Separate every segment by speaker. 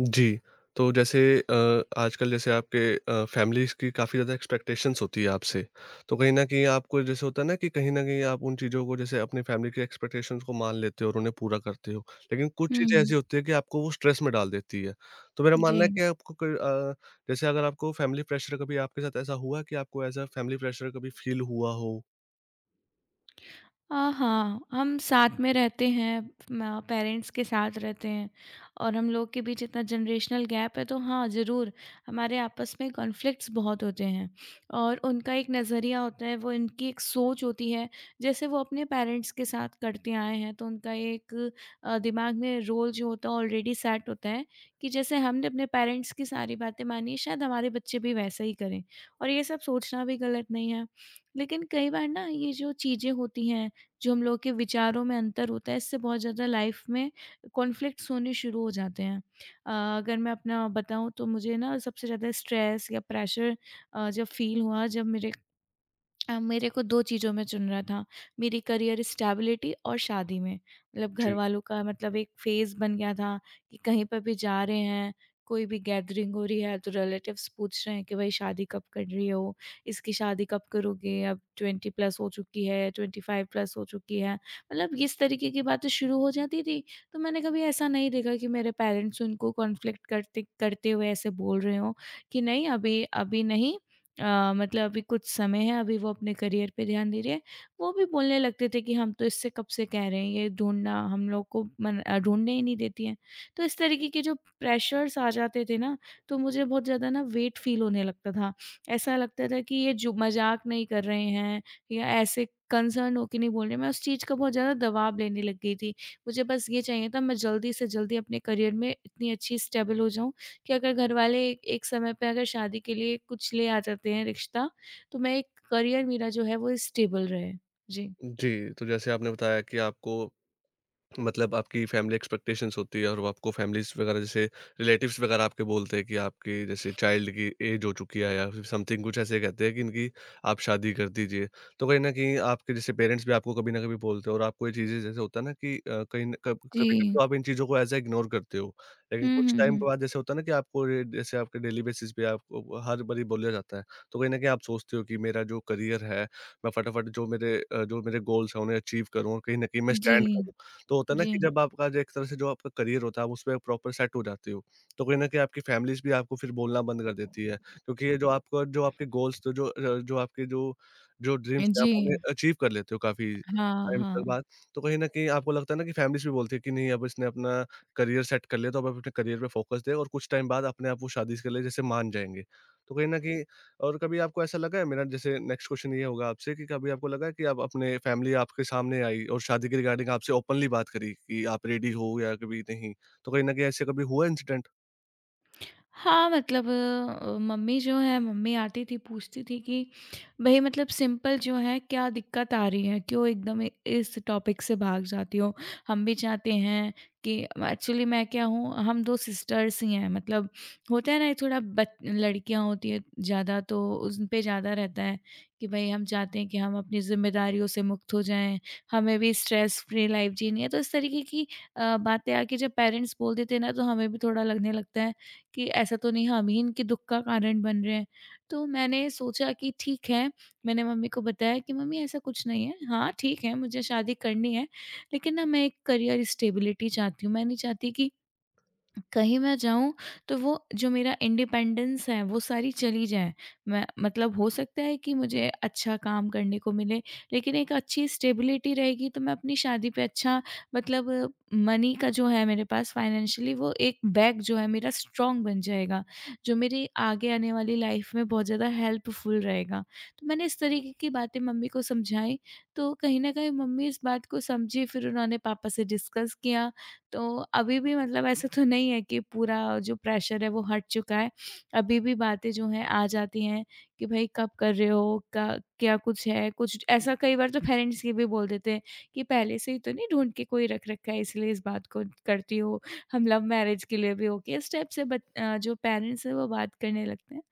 Speaker 1: जी, तो जैसे आजकल जैसे आपके फैमिलीज़ की काफ़ी ज़्यादा एक्सपेक्टेशंस होती है आपसे। तो कहीं न कहीं आपको जैसे होता है ना, कि कहीं न कहीं आप उन चीज़ों को, जैसे अपनी फैमिली की एक्सपेक्टेशंस को मान लेते हो और उन्हें पूरा करते हो। लेकिन कुछ चीज़ें
Speaker 2: हुँ,
Speaker 1: ऐसी होती है कि आपको वो स्ट्रेस में डाल देती है। तो मेरा
Speaker 2: जी।
Speaker 1: मानना है कि आपको अ, जैसे, अगर आपको फैमिली प्रेशर, कभी आपके साथ ऐसा हुआ है कि आपको एज़ अ फैमिली प्रेशर कभी फ़ील हुआ हो?
Speaker 2: हाँ, हाँ, हम साथ में रहते हैं, म पेरेंट्स के साथ रहते हैं और हम लोग के बीच इतना जनरेशनल गैप है, तो हाँ, ज़रूर हमारे आपस में कॉन्फ्लिक्ट्स बहुत होते हैं और उनका एक नज़रिया होता है, वो इनकी एक सोच होती है, जैसे वो अपने पेरेंट्स के साथ करते आए हैं, तो उनका एक दिमाग में रोल जो होता है ऑलरेडी सेट होता है कि जैसे हमने अपने पेरेंट्स की सारी बातें मानी है, शायद हमारे बच्चे भी वैसा ही करें और ये सब सोचना भी गलत नहीं है। लेकिन कई बार ना ये जो चीज़ें होती हैं, जो हम लोग के विचारों में अंतर होता है, इससे बहुत ज़्यादा लाइफ में कॉन्फ्लिक्ट्स होने शुरू हो जाते हैं। अ, अगर मैं अपना बताऊँ तो मुझे ना सबसे ज़्यादा स्ट्रेस या प्रेशर जब फ़ील हुआ जब मेरे को 2 चीज़ों में चुनना था, मेरी करियर स्टेबिलिटी और शादी में। मतलब
Speaker 1: जी।
Speaker 2: घरवालों का मतलब एक फ़ेज़ बन गया था कि कहीं पर भी जा रहे हैं, कोई भी गैदरिंग हो रही है तो रिलेटिव्स पूछ रहे हैं कि भई शादी कब कर रही हो? इसकी शादी कब करोगे? अब 20 प्लस हो चुकी है, 25 प्लस हो चुकी है। मतलब इस तरीके की बातें शुरू हो जाती थी, तो मैंने कभी ऐसा नहीं देखा कि मेरे पेरेंट्स उनको कॉन्फ्लिक्ट करते करते हुए ऐसे बोल रहे हों कि नहीं अभी अभी नहीं अ, मतलब अभी कुछ समय है, अभी वो अपने करियर पे ध्यान दे रही है। वो भी बोलने लगते थे कि हम तो इससे कब से कह रहे हैं, ये ढूँढना हम लोग को ढूँढने ही नहीं देती है। तो इस तरीके के जो प्रेशर्स आ जाते थे ना, तो मुझे बहुत ज़्यादा ना वेट फ़ील होने लगता था। ऐसा लगता था कि ये जो मज़ाक नहीं कर रहे हैं या ऐसे कंसर्न होके नहीं बोल रहे हैं। मैं उस चीज़ का बहुत ज़्यादा दबाव लेने लग गई थी। मुझे बस ये चाहिए था मैं जल्दी से जल्दी अपने करियर में इतनी अच्छी स्टेबल हो जाऊँ कि अगर घरवाले एक समय पे अगर शादी के लिए कुछ ले आ जाते हैं रिश्ता, तो मैं एक करियर मेरा जो है वो स्टेबल रहे। जी।
Speaker 1: जी, तो जैसे आपने बताया कि आपको, मतलब आपकी फैमिली एक्सपेक्टेशंस होती है, और वो आपको फैमिलीज़ वगैरह, जैसे रिलेटिव्स वगैरह आपके बोलते हैं कि आपकी जैसे चाइल्ड की एज हो चुकी है, या फिर समथिंग कुछ ऐसे कहते हैं कि इनकी आप शादी कर दीजिए। तो कहीं न कहीं आपके जैसे पेरेंट्स भी आपको कभी न कभी बोलते हैं, और आपको ये चीज़ें जैसे होता है ना कि अ, कहीं न कब कभी-कभी
Speaker 2: जी।
Speaker 1: तो आप इन चीज़ों को एज़ अ इग्नोर करते हो। लेकिन
Speaker 2: हुँ,
Speaker 1: कुछ
Speaker 2: हुँ,
Speaker 1: टाइम के
Speaker 2: हुँ।
Speaker 1: बाद जैसे होता है ना कि आपको ये, जैसे आपके डेली बेसिस पे आपको हर बारी बोला जाता है। तो कहीं न कहीं आप सोचते हो कि मेरा जो करियर है, मैं फटाफट जो मेरे गोल्स हैं उन्हें अचीव करूँ, और कहीं न कहीं मैं
Speaker 2: जी,
Speaker 1: स्टैंड करूँ। तो होता है ना
Speaker 2: जी।
Speaker 1: कि जब आपका, जो एक तरह से जो आपका करियर होता है, आप उसमें प्रॉपर सेट हो जाते हो, तो कहीं न कहीं आपकी फैमिलीज़ भी आपको फिर बोलना बंद कर देती है, क्योंकि ये जो आपके गोल्स, तो जो आपके जो जो ड्रीम्स थे, आप
Speaker 2: जी।
Speaker 1: उन्हें अचीव कर लेते हो काफ़ी
Speaker 2: हाँ,
Speaker 1: टाइम के
Speaker 2: हाँ।
Speaker 1: बाद। तो कहीं न कहीं आपको लगता है ना, कि फैमिलीज़ भी बोलती है कि नहीं, अब इसने अपना करियर सेट कर लिया, तो अब अपने करियर पे फोकस दे, और कुछ टाइम बाद अपने आप वो शादी के लिए जैसे मान जाएँगे। तो कहीं न कहीं, और कभी आपको ऐसा लगा है, मेरा जैसे नेक्स्ट क्वेश्चन ये होगा आपसे, कि कभी आपको लगा है कि आप अपने फैमिली आपके सामने आई और शादी के रिगार्डिंग आपसे ओपनली बात करी, कि आप रेडी हो या कभी नहीं? तो कहीं न कहीं ऐसे कभी हुआ इंसिडेंट?
Speaker 2: हाँ, मम्मी जो है मम्मी आती थी पूछती थी कि भई मतलब सिंपल जो है क्या दिक्कत आ रही है? क्यों एकदम इ इस टॉपिक से भाग जाती हो? हम भी चाहते हैं कि एक्चुअली मैं क्या हूँ, हम 2 सिस्टर्स ही हैं, मतलब होता है ना ये थोड़ा बच लड़कियाँ होती हैं ज़्यादा, तो उन पे ज़्यादा रहता है कि भई हम चाहते हैं कि हम अपनी ज़िम्मेदारियों से मुक्त हो जाएँ, हमें भी स्ट्रेस फ्री लाइफ़ जीनी है। तो इस तरीके की बातें आके जब पेरेंट्स बोल देते हैं ना, तो हमें भी थोड़ा लगने लगता है कि ऐसा तो नहीं हम ही इनके दुख का कारण बन रहे हैं। तो मैंने सोचा कि ठीक है, मैंने मम्मी को बताया कि मम्मी ऐसा कुछ नहीं है। हाँ, ठीक है मुझे शादी करनी है, लेकिन ना मैं एक करियर स्टेबिलिटी चाहती हूँ। मैं नहीं चाहती कि कहीं मैं जाऊँ तो वो जो मेरा इंडिपेंडेंस है वो सारी चली जाए। मैं मतलब हो सकता है कि मुझे अच्छा काम करने को मिले, लेकिन एक अच्छी स्टेबिलिटी रहेगी तो मैं अपनी शादी पे अच्छा मतलब मनी का जो है मेरे पास फाइनेंशियली वो एक बैक जो है मेरा स्ट्रॉन्ग बन जाएगा, जो मेरी आगे आने वाली लाइफ में बहुत ज़्यादा हेल्पफुल रहेगा। तो मैंने इस तरीके की बातें मम्मी को समझाई, तो कहीं न कहीं मम्मी इस बात को समझी, फिर उन्होंने पापा से डिस्कस किया, तो अभी भी मतलब ऐसा तो नहीं है कि पूरा जो प्रेशर है वो हट चुका है। अभी भी बातें जो हैं आ जाती हैं कि भई कब कर रहे हो? क क्या कुछ है? कुछ ऐसा, कई बार तो पेरेंट्स ये भी बोल देते हैं कि पहले से ही तो नहीं ढूँढ के कोई रख रखा है इसलिए इस बात को करती हो। हम लव मैरिज के लिए भी हो गया। इस टाइप से जो पेरेंट्स हैं वो बात करने लगते हैं।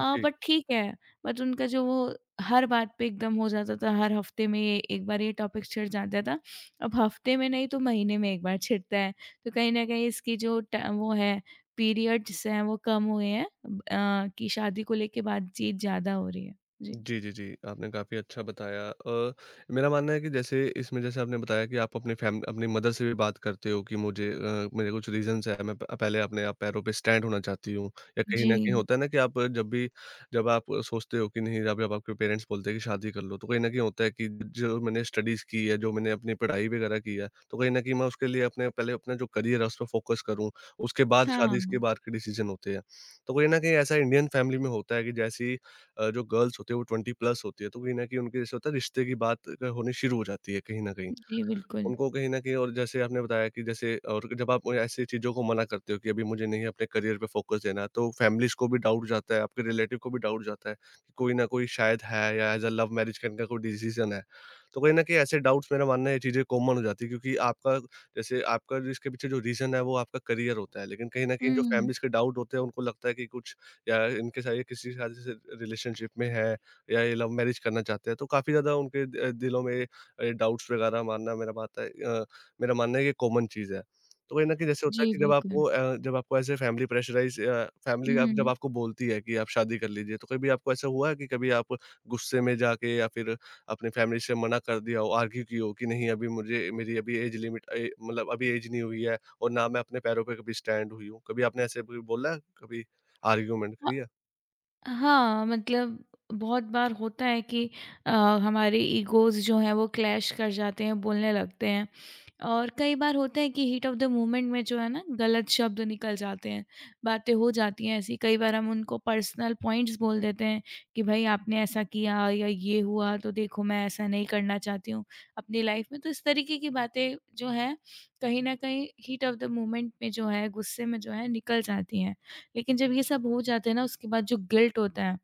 Speaker 2: बट ठीक है, बट उनका जो वो हर बात पे एकदम हो जाता था, हर हफ्ते में ये एक बार ये टॉपिक छिड़ जाता था। अब हफ्ते में नहीं तो महीने में एक बार छिड़ता है, तो कहीं न कहीं इसकी जो ट वो है पीरियड्स हैं वो कम हुए हैं, कि शादी को लेके बातचीत ज़्यादा हो रही है। जी।
Speaker 1: जी, जी, जी। आपने काफ़ी अच्छा बताया। मेरा मानना है कि जैसे इसमें, जैसे आपने बताया कि आप अपने फैम अपनी मदर से भी बात करते हो कि मुझे, मेरे कुछ रीज़न्स हैं, मैं प पहले अपने आप पैरों पे स्टैंड होना चाहती हूँ। या कहीं
Speaker 2: जी।
Speaker 1: न कहीं होता है ना कि आप जब आप सोचते हो कि नहीं, जब जब आपके पेरेंट्स बोलते हैं कि शादी कर लो, तो कहीं न कहीं होता है कि जो मैंने स्टडीज़ की है, जो मैंने अपनी पढ़ाई वगैरह की है, तो कहीं न कहीं मैं उसके लिए, अपने पहले अपना जो करियर है, उस पे फ़ोकस करूँ, उसके बाद शादी, इसके
Speaker 2: हाँ।
Speaker 1: बाद के डिसीज़न होते हैं। तो कहीं न कहीं ऐसा इंडियन फैमिली में होता है, कि जैसे ही जो गर्ल्स होती है वो 20 प्लस होती है, तो कहीं न कहीं उनके, जैसे होता है रिश्ते की बात होनी शुरू हो जाती है कहीं न कहीं।
Speaker 2: जी, बिल्कुल।
Speaker 1: उनको कहीं न कहीं, और जैसे आपने बताया कि जैसे, और जब आप ऐसी चीज़ों को मना करते हो कि अभी मुझे नहीं, अपने करियर पे फ़ोकस देना, तो फैमिलीज़ को भी डाउट जाता है, आपके रिलेटिव को भी डाउट जाता है कि कोई ना कोई शायद है, या एज़ अ लव मैरिज करने का कोई डिसीज़न है। तो कहीं न कहीं ऐसे डाउट्स, मेरा मानना है ये चीज़ें कॉमन हो जाती है, क्योंकि आपका, जैसे आपका जो इसके पीछे जो रीज़न है, वो आपका करियर होता है। लेकिन कहीं न कहीं जो
Speaker 2: हुँ।
Speaker 1: फैमिलीज़ के डाउट होते हैं, उनको लगता है कि कुछ, या इनके साथ, ये किसी के साथ जैसे रिलेशनशिप में है, या ये लव मैरिज करना चाहते हैं, तो काफ़ी ज़्यादा उनके दिलों में डाउट्स वगैरह मारना, मेरा मानना है ये कॉमन चीज़ है। तो कहीं न कहीं जैसे होता है
Speaker 2: जी,
Speaker 1: कि
Speaker 2: बिल्कुल।
Speaker 1: जब आपको ऐसे
Speaker 2: हुँ,
Speaker 1: फैमिली, अब जब
Speaker 2: हुँ।
Speaker 1: आपको बोलती है कि आप शादी कर लीजिए, तो कभी आपको ऐसा हुआ है कि कभी आप गुस्से में जाके, या फिर अपनी फैमिली से मना कर दिया हो, आर्ग्यू की हो कि नहीं, अभी मुझे मेरी अभी एज लिमिट ए मतलब अभी एज नहीं हुई है, और ना मैं अपने पैरों पे कभी स्टैंड हुई हूँ। कभी आपने ऐसे कभी बोला है? कभी आर्ग्यूमेंट करी है?
Speaker 2: हाँ, मतलब बहुत बार होता है कि अ, हमारे ईगोज़ जो हैं वो क्लैश कर जाते हैं, बोलने लगते हैं। और कई बार होता है कि हीट ऑफ़ द मोमेंट में जो है ना गलत शब्द निकल जाते हैं, बातें हो जाती हैं ऐसी। कई बार हम उनको पर्सनल पॉइंट्स बोल देते हैं कि भाई आपने ऐसा किया या ये हुआ तो देखो मैं ऐसा नहीं करना चाहती हूँ अपनी लाइफ़ में। तो इस तरीके की बातें जो हैं कहीं न कहीं हीट ऑफ़ द मोमेंट में जो है, गुस्से में जो है निकल जाती हैं। लेकिन जब ये सब हो जाता है ना उसके बाद जो गिल्ट होता है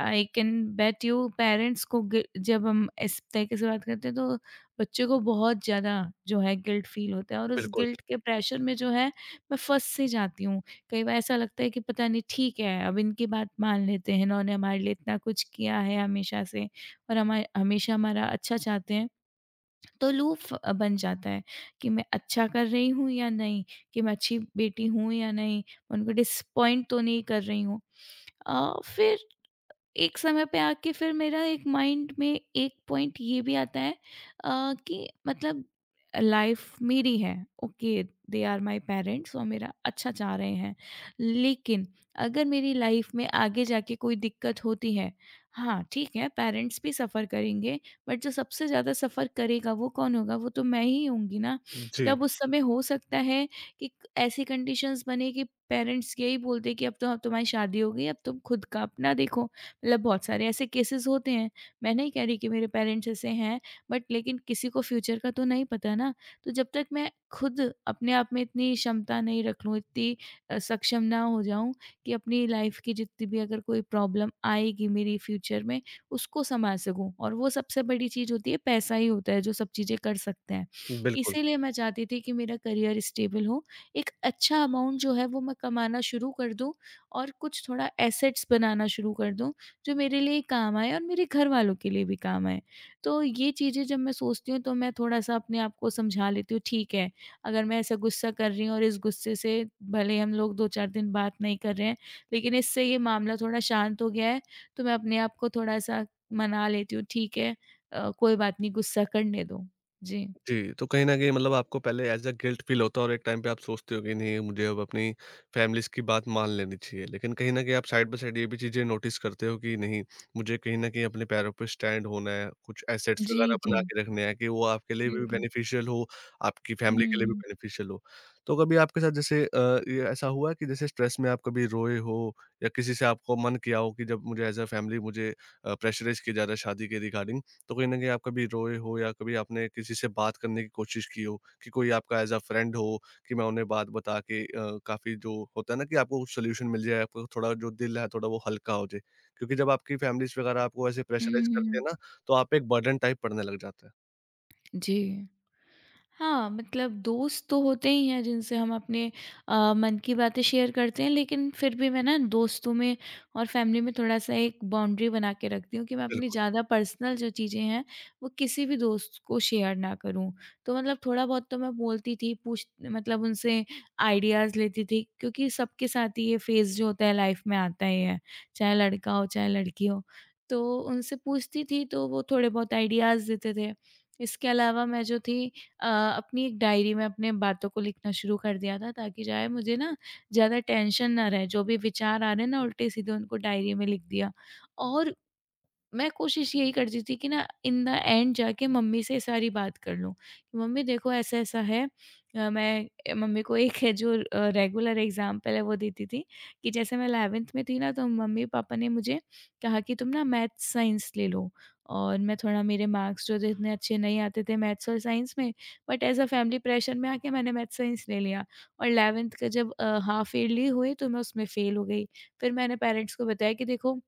Speaker 2: I can bet you parents को जब हम इस तरीके से बात करते हैं तो बच्चे को बहुत ज़्यादा जो है गिल्ट फील होता है और उस
Speaker 1: बिल्कुल।
Speaker 2: गिल्ट के प्रेशर में जो है मैं फंस से जाती हूँ, कई बार ऐसा लगता है कि पता नहीं ठीक है अब इनकी बात मान लेते हैं, इन्होंने हमारे लिए इतना कुछ किया है हमेशा से और हमारे हमेशा हमारा अच्छा चाहते हैं। तो लूप बन जाता है कि मैं अच्छा कर रही हूँ या नहीं, कि मैं अच्छी बेटी हूँ या नहीं, उनको डिसअपॉइंट तो नहीं कर रही हूँ। फिर एक समय पे आके फिर मेरा एक माइंड में एक पॉइंट ये भी आता है कि मतलब लाइफ मेरी है, okay, they are my parents और मेरा अच्छा चाह रहे हैं, लेकिन अगर मेरी लाइफ में आगे जाके कोई दिक्कत होती है, हाँ ठीक है पेरेंट्स भी सफ़र करेंगे, बट जो सबसे ज़्यादा सफ़र करेगा वो कौन होगा? वो तो मैं ही होंगी ना।
Speaker 1: जी,
Speaker 2: तब उस समय हो सकता है कि ऐसी कंडीशंस बने कि पेरेंट्स यही बोलते कि अब तो अब तुम्हारी शादी हो गई, अब तुम खुद का अपना देखो। मतलब बहुत सारे ऐसे केसेस होते हैं। मैं नहीं कह रही कि मेरे पेरेंट्स ऐसे हैं, बट लेकिन किसी को फ्यूचर का तो नहीं पता ना। तो जब तक मैं खुद अपने आप में इतनी क्षमता नहीं रख लूँ, इतनी सक्षम ना हो जाऊँ कि अपनी लाइफ़ की जितनी भी अगर कोई प्रॉब्लम आएगी मेरी फ्यूचर में उसको सँभाल सकूँ, और वो सबसे बड़ी चीज़ होती है पैसा ही होता है जो सब चीज़ें कर सकते हैं।
Speaker 1: बिल्कुल।
Speaker 2: इसीलिए मैं चाहती थी कि मेरा करियर स्टेबल हो, एक अच्छा अमाउंट जो है वो मैं कमाना शुरू कर दूँ और कुछ थोड़ा एसेट्स बनाना शुरू कर दूँ, जो मेरे लिए काम आए और मेरे घरवालों के लिए भी काम आए। तो ये चीज़ें जब मैं सोचती हूँ तो मैं थोड़ा-सा अपने आप को समझा लेती हूँ ठीक है, अगर मैं ऐसा गुस्सा कर रही हूँ और इस गुस्से से भले हम लोग 2-4 दिन बात नहीं कर रहे हैं, लेकिन इससे ये मामला थोड़ा शांत हो गया है, तो मैं अपने आप को थोड़ा-सा मना लेती हूँ ठीक है, कोई बात नहीं गुस्सा करने दो। जी।
Speaker 1: जी, तो कहीं न कहीं, मतलब आपको पहले एज़ अ गिल्ट फ़ील होता है, और एक टाइम पे आप सोचते हो कि नहीं, मुझे अब अपनी फैमिलीज़ की बात मान लेनी चाहिए। लेकिन कहीं न कहीं आप साइड बाय साइड ये भी चीज़ें नोटिस करते हो कि नहीं, मुझे कहीं न कहीं अपने पैरों पे स्टैंड होना है, कुछ एसेट्स
Speaker 2: जी,
Speaker 1: वगैरह
Speaker 2: जी।
Speaker 1: बना के रखने हैं, कि वो आपके लिए भी
Speaker 2: बिल्कुल।
Speaker 1: बेनिफिशियल हो, आपकी फैमिली के लिए भी
Speaker 2: हुँ।
Speaker 1: बेनिफिशियल हो। तो कभी आपके साथ जैसे, ये ऐसा हुआ कि जैसे स्ट्रेस में आप कभी रोए हो, या किसी से आपको मन किया हो कि जब मुझे एज़ अ फैमिली मुझे प्रेशराइज़ किया जा रहा है शादी के रिगार्डिंग, तो कहीं न कहीं आप कभी रोए हो, या कभी आपने किसी से बात करने की कोशिश की हो कि कोई आपका एज़ अ फ्रेंड हो, कि मैं उन्हें बात बता के काफ़ी, जो होता है ना कि आपको सॉल्यूशन मिल जाए, आपको थोड़ा जो दिल है थोड़ा वो हल्का हो जाए? क्योंकि जब आपकी फैमिलीज़ वगैरह आपको ऐसे
Speaker 2: हुँ,
Speaker 1: प्रेशराइज़ करते
Speaker 2: हुँ।
Speaker 1: हैं ना, तो आप पे एक बर्डन टाइप पड़ने लग जाता है।
Speaker 2: जी। हाँ, मतलब दोस्त तो होते ही हैं जिनसे हम अपने मन की बातें शेयर करते हैं, लेकिन फिर भी मैं ना दोस्तों में और फ़ैमिली में थोड़ा-सा एक बाउंड्री बना के रखती हूँ कि मैं अपनी
Speaker 1: बिल्कुल।
Speaker 2: ज़्यादा पर्सनल जो चीज़ें हैं, वो किसी भी दोस्त को शेयर ना करूँ। तो मतलब थोड़ा बहुत तो मैं बोलती थी, पूछ मतलब उनसे आइडियाज़ लेती थी क्योंकि सबके साथ ही ये फ़ेज़ जो होता है लाइफ़ में आता ही है, चाहे लड़का हो, चाहे लड़की हो। तो उनसे पूछती थी, तो वो थोड़े बहुत आइडियाज़ देते थे। इसके अलावा मैं जो थी अ, अपनी एक डायरी में अपने बातों को लिखना शुरू कर दिया था, ताकि जो है मुझे ना ज़्यादा टेंशन ना रहे। जो भी विचार आ रहे हैं ना उल्टे-सीधे उनको डायरी में लिख दिया, और मैं कोशिश यही करती थी कि ना इन द एंड जाके मम्मी से सारी बात कर लूँ। कि मम्मी देखो ऐसा-ऐसा है, मम्मी को एक है जो रेगुलर एग्ज़ाम्पल है वो देती थी कि जैसे मैं 11th में थी ना तो मम्मी-पापा ने मुझे कहा कि तुम ना मैथ्स, साइंस ले लो, और मैं थोड़ा मेरे मार्क्स जो थे इतने अच्छे नहीं आते थे मैथ्स और साइंस में, but as a family pressure में आके मैंने मैथ्स, साइंस ले लिया और 11th का जब हाफ ईयरली हुई तो मैं उसमें फ़ेल हो गई। फिर मैंने पेरेंट्स को बताया कि देखो,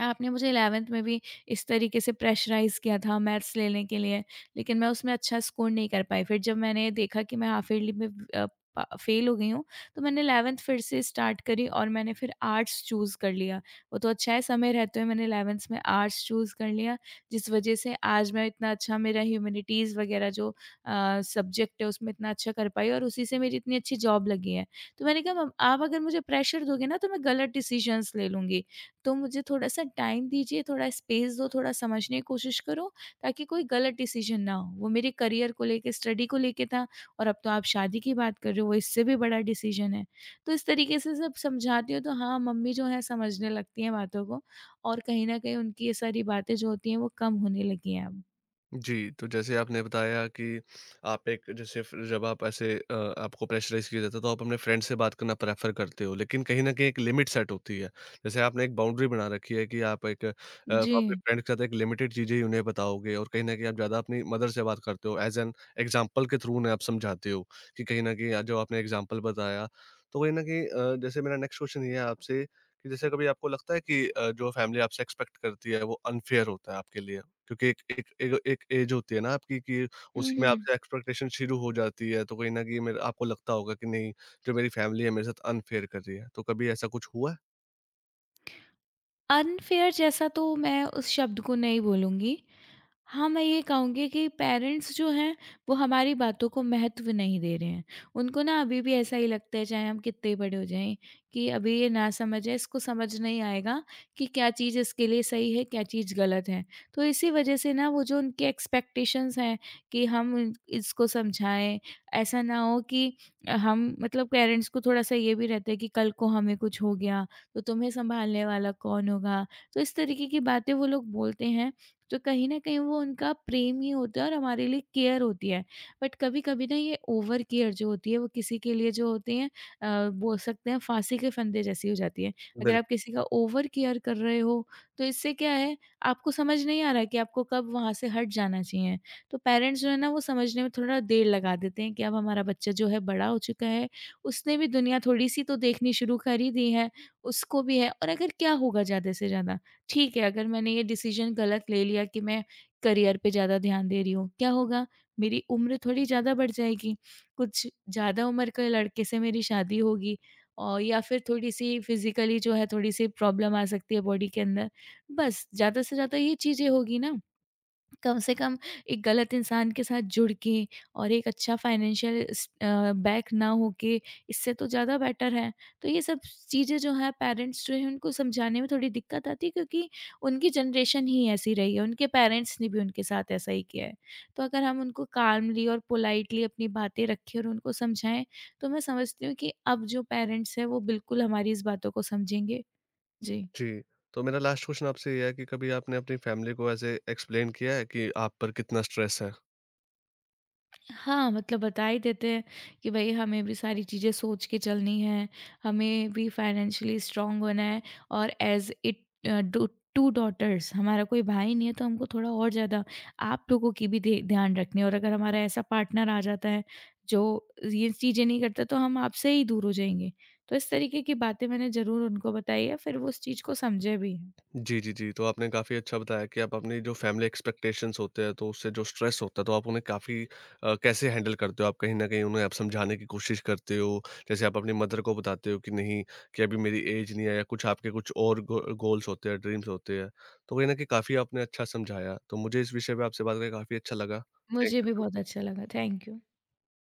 Speaker 2: आपने मुझे 11th में भी इस तरीके से प्रेशराइज़ किया था मैथ्स लेने के लिए, लेकिन मैं उसमें अच्छा स्कोर नहीं कर पाई। फिर जब मैंने देखा कि मैं हाफ ईयरली में अ, प फ़ेल हो गई हूँ, तो मैंने 11th फिर से स्टार्ट करी और मैंने फिर आर्ट्स चूज़ कर लिया। वो तो अच्छा है समय रहते हुए मैंने 11th में आर्ट्स चूज़ कर लिया, जिस वज़ह से आज मैं इतना अच्छा मेरा ह्यूमैनिटीज़ वग़ैरह जो सब्जेक्ट है उसमें इतना अच्छा कर पाई, और उसी से मेरी इतनी अच्छी जॉब लगी है। तो मैंने कहा, मम, आप अगर मुझे प्रेशर दोगे ना, तो मैं गलत डिसीज़न्स ले लूँगी। तो मुझे थोड़ा-सा टाइम दीजिए, थोड़ा स्पेस दो, थोड़ा समझने की कोशिश करो ताकि कोई गलत डिसीज़न ना हो। वो मेरे करियर को लेके, स्टडी को लेके था, और अब तो आप शादी की बात कर रहे हो, वो इससे भी बड़ा डिसीज़न है। तो इस तरीके से जब समझाती हूँ तो हाँ, मम्मी जो है समझने लगती हैं बातों को, और कहीं न कहीं उनकी ये सारी बातें जो होती हैं वो कम होने लगी हैं अब।
Speaker 1: जी, तो जैसे आपने बताया कि आप एक, जैसे फ जब आप ऐसे, आपको प्रेशराइज़ किया जाता है, तो आप अपने फ्रेंड से बात करना प्रेफ़र करते हो। लेकिन कहीं न कहीं एक लिमिट सेट होती है। जैसे आपने एक बाउंड्री बना रखी है कि आप एक,
Speaker 2: जी।
Speaker 1: अपने फ्रेंड के साथ एक लिमिटेड चीज़ें ही उन्हें बताओगे, और कहीं न कहीं आप ज़्यादा अपनी मदर से बात करते हो। एज़ एन एग्ज़ाम्पल के थ्रू उन्हें आप समझाते हो, कि कहीं न कहीं आज जो आपने एग्ज़ाम्पल बताया, तो कहीं न कहीं जैसे मेरा नेक्स्ट क्वेश्चन ये है आपसे, कि जैसे कभी आपको लगता है कि जो फैमिली आपसे एक्सपेक्ट करती है, वो अनफ़ेयर होता है आपके लिए? क्योंकि एक एक एक एक एज होती है ना आपकी, कि
Speaker 2: हुँ,
Speaker 1: उसी में
Speaker 2: हुँ।
Speaker 1: आपसे एक्सपेक्टेशन शुरू हो जाती है, तो कहीं न कहीं मेरा आपको लगता होगा कि नहीं, जो मेरी फैमिली है मेरे साथ अनफेयर कर रही है। तो कभी ऐसा कुछ हुआ है?
Speaker 2: अनफेयर जैसा तो मैं उस शब्द को नहीं बोलूँगी। हाँ, मैं ये कहूँगी कि पेरेंट्स जो हैं, वो हमारी बातों को महत्व नहीं दे रहे हैं। उनको ना अभी भी ऐसा ही लगता है, चाहे हम कितने बड़े हो जाएँ, कि अभी ये नासमझ है, इसको समझ नहीं आएगा कि क्या चीज़ इसके लिए सही है, क्या चीज़ गलत है। तो इसी वजह से ना वो जो उनके एक्सपेक्टेशंस हैं कि हम इसको समझाएँ, ऐसा ना हो कि हम, मतलब पेरेंट्स को थोड़ा-सा ये भी रहता है कि कल को हमें कुछ हो गया, तो तुम्हें सँभालने वाला कौन होगा? तो इस तरीके की बातें वो लोग बोलते हैं, तो कहीं न कहीं वो उनका प्रेम ही होता है और हमारे लिए केयर होती है। बट कभी-कभी ना ये ओवर केयर जो होती है वो किसी के लिए जो होती है, बोल सकते हैं फांसी के फंदे जैसी हो जाती है। अगर आप
Speaker 1: बिल्कुल।
Speaker 2: किसी का ओवर केयर कर रहे हो, तो इससे क्या है, आपको समझ नहीं आ रहा है कि आपको कब वहाँ से हट जाना चाहिए। तो पेरेंट्स जो है ना वो समझने में थोड़ा देर लगा देते हैं कि अब हमारा बच्चा जो है बड़ा हो चुका है, उसने भी दुनिया थोड़ी-सी तो देखनी शुरू कर ही दी है, उसको भी है और अगर क्या होगा ज़्यादा से ज़्यादा। ठीक है, अगर मैंने ये डिसीज़न गलत ले लिया कि मैं करियर पे ज़्यादा ध्यान दे रही हूँ, क्या होगा? मेरी उम्र थोड़ी ज़्यादा बढ़ जाएगी, कुछ ज़्यादा उम्र के लड़के से मेरी शादी होगी और या फिर थोड़ी-सी फिज़िकली जो है थोड़ी-सी प्रॉब्लम आ सकती है बॉडी के अंदर। बस ज़्यादा से ज़्यादा ये चीज़ें होगी ना। कम से कम एक गलत इंसान के साथ जुड़ के और एक अच्छा फाइनेंशियल बैक ना होके, इससे तो ज़्यादा बेटर है। तो ये सब चीज़ें जो हैं पेरेंट्स जो हैं उनको समझाने में थोड़ी दिक्कत आती है, क्योंकि उनकी जनरेशन ही ऐसी रही है, उनके पेरेंट्स ने भी उनके साथ ऐसा ही किया है। तो अगर हम उनको काल्मली और पोलाइटली अपनी बातें रखें और उनको समझाएँ, तो मैं समझती हूँ कि अब जो पेरेंट्स हैं वो बिल्कुल हमारी इस बातों को समझेंगे। जी।
Speaker 1: जी, तो मेरा लास्ट क्वेश्चन आपसे ये है कि कभी आपने अपनी फैमिली को ऐसे एक्सप्लेन किया है कि आप पर कितना स्ट्रेस है?
Speaker 2: हाँ, मतलब बता ही देते हैं कि भई हमें भी सारी चीज़ें सोच के चलनी है, हमें भी फाइनेंशियली स्ट्रॉन्ग होना है और as it do two daughters, हमारा कोई भाई नहीं है तो हमको थोड़ा और ज़्यादा आप लोगों की भी धे ध्यान रखनी है, और अगर हमारा ऐसा पार्टनर आ जाता है जो ये चीज़ें नहीं करता, तो हम आपसे ही दूर हो जाएँगे। तो इस तरीके की बातें मैंने ज़रूर उनको बताई है, फिर वो उस चीज़ को समझे भी हैं।
Speaker 1: जी, जी, जी। तो आपने काफ़ी अच्छा बताया कि आप अपनी जो फैमिली एक्सपेक्टेशंस होते हैं, तो उससे जो स्ट्रेस होता है, तो आप उन्हें काफ़ी कैसे हैंडल करते हो? आप कहीं न कहीं उन्हें आप समझाने की कोशिश करते हो, जैसे आप अपनी मदर को बताते हो कि नहीं, कि अभी मेरी एज नहीं है, या कुछ आपके कुछ और गो गोल्स होते हैं, ड्रीम्स होते हैं। तो कहीं न कहीं काफ़ी आपने अच्छा समझाया। तो मुझे इस विषय पे आपसे बात करके काफ़ी अच्छा लगा। थैंक
Speaker 2: मुझे
Speaker 1: यू
Speaker 2: भी बहुत
Speaker 1: सो
Speaker 2: अच्छा लगा, थैंक यू।